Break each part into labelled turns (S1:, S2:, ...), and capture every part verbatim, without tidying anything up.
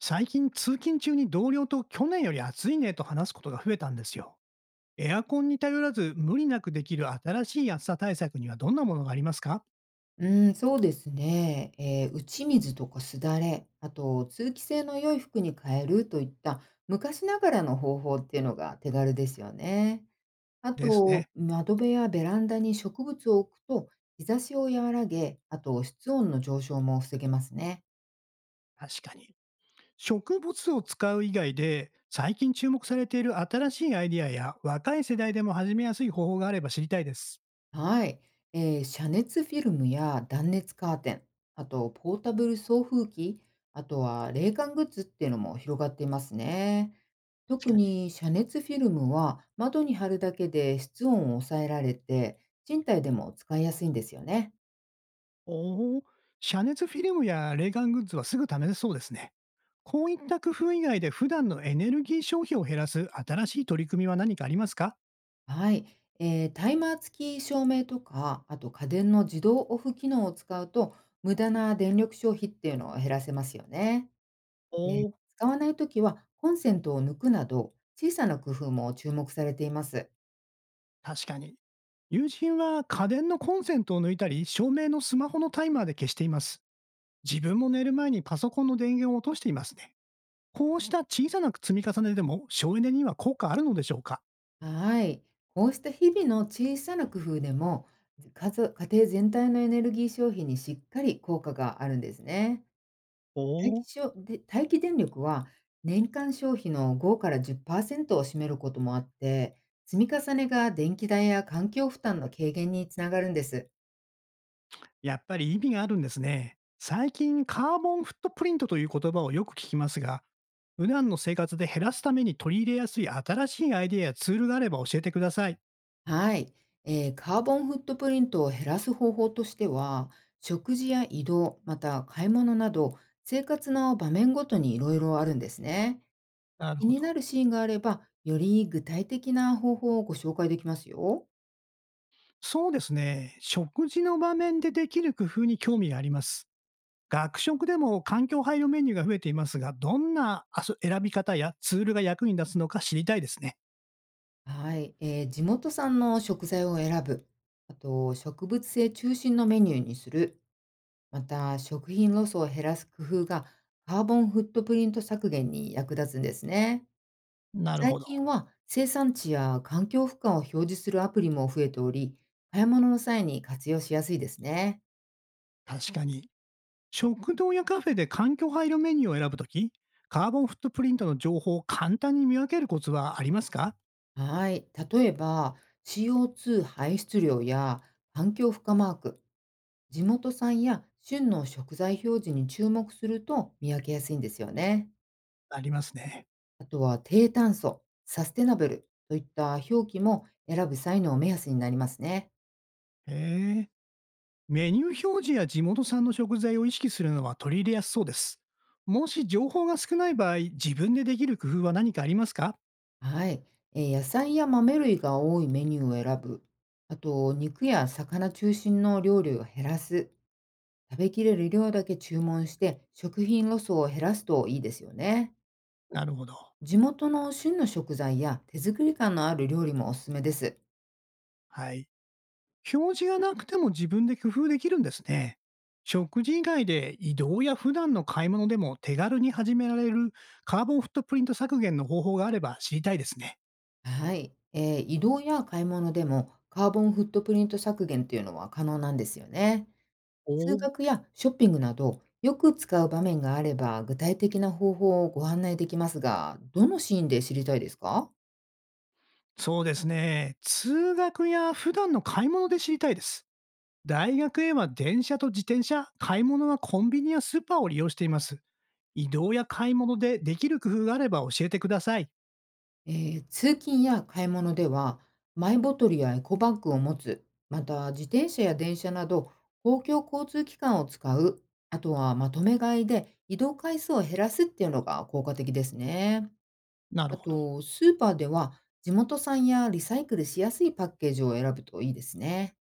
S1: 最近通勤中に同僚と去年より暑いねと話すことが増えたんですよ。エアコンに頼らず無理なくできる新しい暑さ対策にはどんなものがありますか？
S2: うーん、そうですね。えー打ち水とかすだれ、あと通気性の良い服に変えるといった昔ながらの方法っていうのが手軽ですよね。あ
S1: です
S2: と、
S1: ね。
S2: 窓辺やベランダに植物を置くと日差しを和らげ、あと室温の上昇も防げますね。
S1: 確かに。植物を使う以外で最近注目されている新しいアイディアや若い世代でも始めやすい方法があれば知りたいです。
S2: はい、えー遮熱フィルムや断熱カーテン、あとポータブル送風機、あとは冷感グッズっていうのも広がっていますね。
S1: 確
S2: 特
S1: かに。
S2: に遮熱フィルムは窓に貼るだけで室温を抑えられて、賃貸でも使いやすいんですよね。
S1: おお、遮熱フィルムや冷感グッズはすぐ試せそうですね。こういった工夫以外で普段のエネルギー消費を減らす新しい取り組みは何かありますか？
S2: はい、えータイマー付き照明とか、あと家電の自動オフ機能を使うと、無駄な電力消費っていうのを減らせますよね。
S1: お
S2: で、
S1: お、
S2: 使わないときはコンセントを抜くなど、小さな工夫も注目されています。
S1: 確かに。友人は家電のコンセントを抜いたり、照明のスマホのタイマーで消しています。自分も寝る前にパソコンの電源を落としていますね。こうした小さな積み重ねでも省エネには効果あるのでしょうか？
S2: はい。こうした日々の小さな工夫でも、家族家庭全体のエネルギー消費にしっかり効果があるんですね。
S1: お
S2: 待
S1: お
S2: 機
S1: ー、
S2: 消で待機電力は年間消費のごからじゅっパーセントを占めることもあって、積み重ねが電気代や環境負担の軽減につながるんです。
S1: やっぱり意味があるんですね。最近、カーボンフットプリントという言葉をよく聞きますが、普段の生活で減らすために取り入れやすい新しいアイデアやツールがあれば教えてください。
S2: はい、えーカーボンフットプリントを減らす方法としては、食事や移動、また買い物など、生活の場面ごとにいろいろあるんですね。
S1: なる
S2: 気
S1: ほ
S2: に
S1: ど。
S2: なるシーンがあれば、より具体的な方法をご紹介できますよ。
S1: そうですね。食事の場面でできる工夫に興味があります。学食でも環境配慮メニューが増えていますが、どんな遊選び方やツールが役に立つのか知りたいですね。
S2: はい、えー地元産の食材を選ぶ。あと、植物性中心のメニューにする。また、食品ロスを減らす工夫が、カーボンフットプリント削減に役立つんですね。
S1: なる
S2: 最
S1: ほど。
S2: 近は生産地や環境負荷を表示するアプリも増えており、買い物の際に活用しやすいですね。
S1: 確かに。食堂やカフェで環境配慮メニューを選ぶとき、カーボンフットプリントの情報を簡単に見分けるコツはありますか？
S2: はい。例えば、シーオーツー 排出量や環境負荷マーク、地元産や旬の食材表示に注目すると見分けやすいんですよね。
S1: ありますね。
S2: あとは低炭素、サステナブルといった表記も選ぶ際の目安になりますね。
S1: へえ。メニュー表示や地元産の食材を意識するのは取り入れやすそうです。もし情報が少ない場合、自分でできる工夫は何かありますか？
S2: はい、えー野菜や豆類が多いメニューを選ぶ。あと、肉や魚中心の料理を減らす。食べきれる量だけ注文して、食品ロスを減らすといいですよね。
S1: なるほど。
S2: 地元の旬の食材や手作り感のある料理もおすすめです。
S1: はい。表示がなくても自分で工夫できるんですね。食事以外で移動や普段の買い物でも手軽に始められるカーボンフットプリント削減の方法があれば知りたいですね。
S2: はい、えー移動や買い物でもカーボンフットプリント削減というのは可能なんですよね。通
S1: お、
S2: 学やショッピングなど、よく使う場面があれば、具体的な方法をご案内できますが、どのシーンで知りたいですか？
S1: そうですね。通学や普段の買い物で知りたいです。大学へは電車と自転車、買い物はコンビニやスーパーを利用しています。移動や買い物でできる工夫があれば教えてください。
S2: えー通勤や買い物では、マイボトルやエコバッグを持つ、また自転車や電車など、公共交通機関を使う、あとはまとめ買いで移動回数を減らすっていうのが効果的ですね。
S1: なる
S2: あ
S1: ほど。
S2: と、スーパーでは、地元産やリサイクルしやすいパッケージを選ぶといいですね。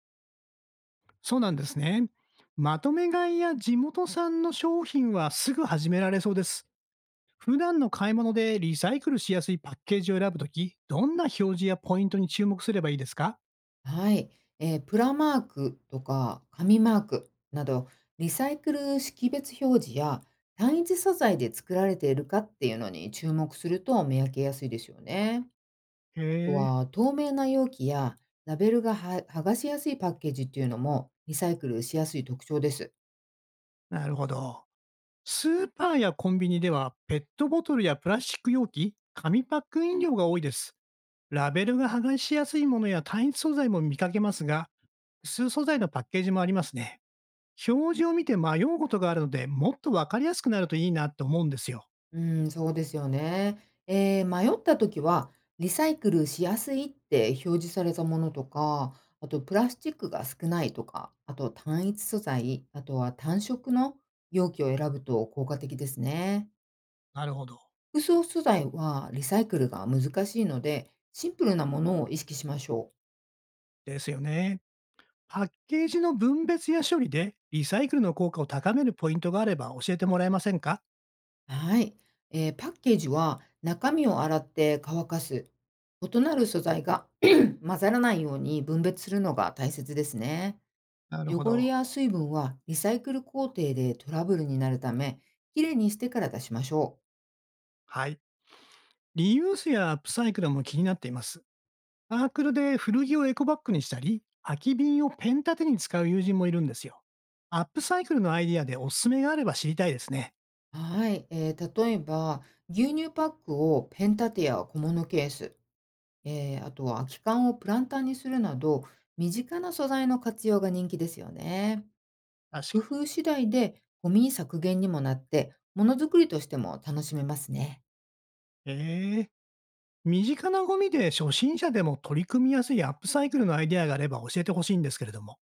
S1: そうなんですね。まとめ買いや地元産の商品はすぐ始められそうです。普段の買い物でリサイクルしやすいパッケージを選ぶとき、どんな表示やポイントに注目すればいいですか？
S2: はい、えープラマークとか紙マークなどリサイクル識別表示や単一素材で作られているかっていうのに注目すると見分けやすいですよね。あと
S1: へえ、
S2: は透明な容器やラベルがは剥がしやすいパッケージっていうのもリサイクルしやすい特徴です。
S1: なるほど。スーパーやコンビニでは、ペットボトルやプラスチック容器、紙パック飲料が多いです。ラベルが剥がしやすいものや単一素材も見かけますが、数素材のパッケージもありますね。表示を見て迷うことがあるので、もっとわかりやすくなるといいなと思うんですよ。
S2: うん、そうですよね。えー、迷った時は、リサイクルしやすいって表示されたものとか、あとプラスチックが少ないとか、あと単一素材、あとは単色の容器を選ぶと効果的ですね。
S1: なるほど。
S2: 複層素材はリサイクルが難しいので、シンプルなものを意識しましょう。
S1: ですよね。パッケージの分別や処理でリサイクルの効果を高めるポイントがあれば教えてもらえませんか？
S2: はい。えー、パッケージは中身を洗って乾かす。異なる素材が 混ざらないように分別するのが大切ですね。
S1: なるほ
S2: 汚れ
S1: ど。
S2: や水分はリサイクル工程でトラブルになるため、きれいにしてから出しましょ
S1: はい。リユースやアップサイクルも気になっています。サークルで古着をエコバッグにしたり、空き瓶をペン立てに使う友人もいるんですよ。アップサイクルのアイディアでおすすめがあれば知りたいですね。
S2: う。はい、えー例えば、牛乳パックをペン立てや小物ケース、えーあとは空き缶をプランターにするなど、身近な素材の活用が人気ですよね。
S1: 確
S2: 工
S1: かに。
S2: 夫次第でゴミ削減にもなって、ものづくりとしても楽しめますね。
S1: ええ。身近なゴミで初心者でも取り組みやすいアップサイクルのアイデアがあれば教えてほしいんですけれども。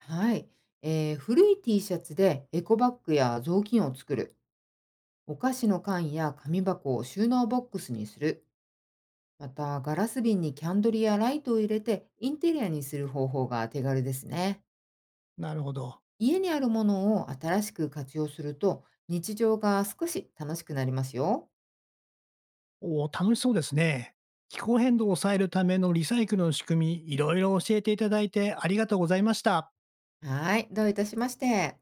S2: はい、えー古い ティーシャツでエコバッグや雑巾を作る。お菓子の缶や紙箱を収納ボックスにする。また、ガラス瓶にキャンドルやライトを入れてインテリアにする方法が手軽ですね。
S1: なるほど。
S2: 家にあるものを新しく活用すると日常が少し楽しくなりますよ。
S1: おお、楽しそうですね。気候変動を抑えるためのリサイクルの仕組み、いろいろ教えていただいてありがとうございました。
S2: はい、どういたしまして。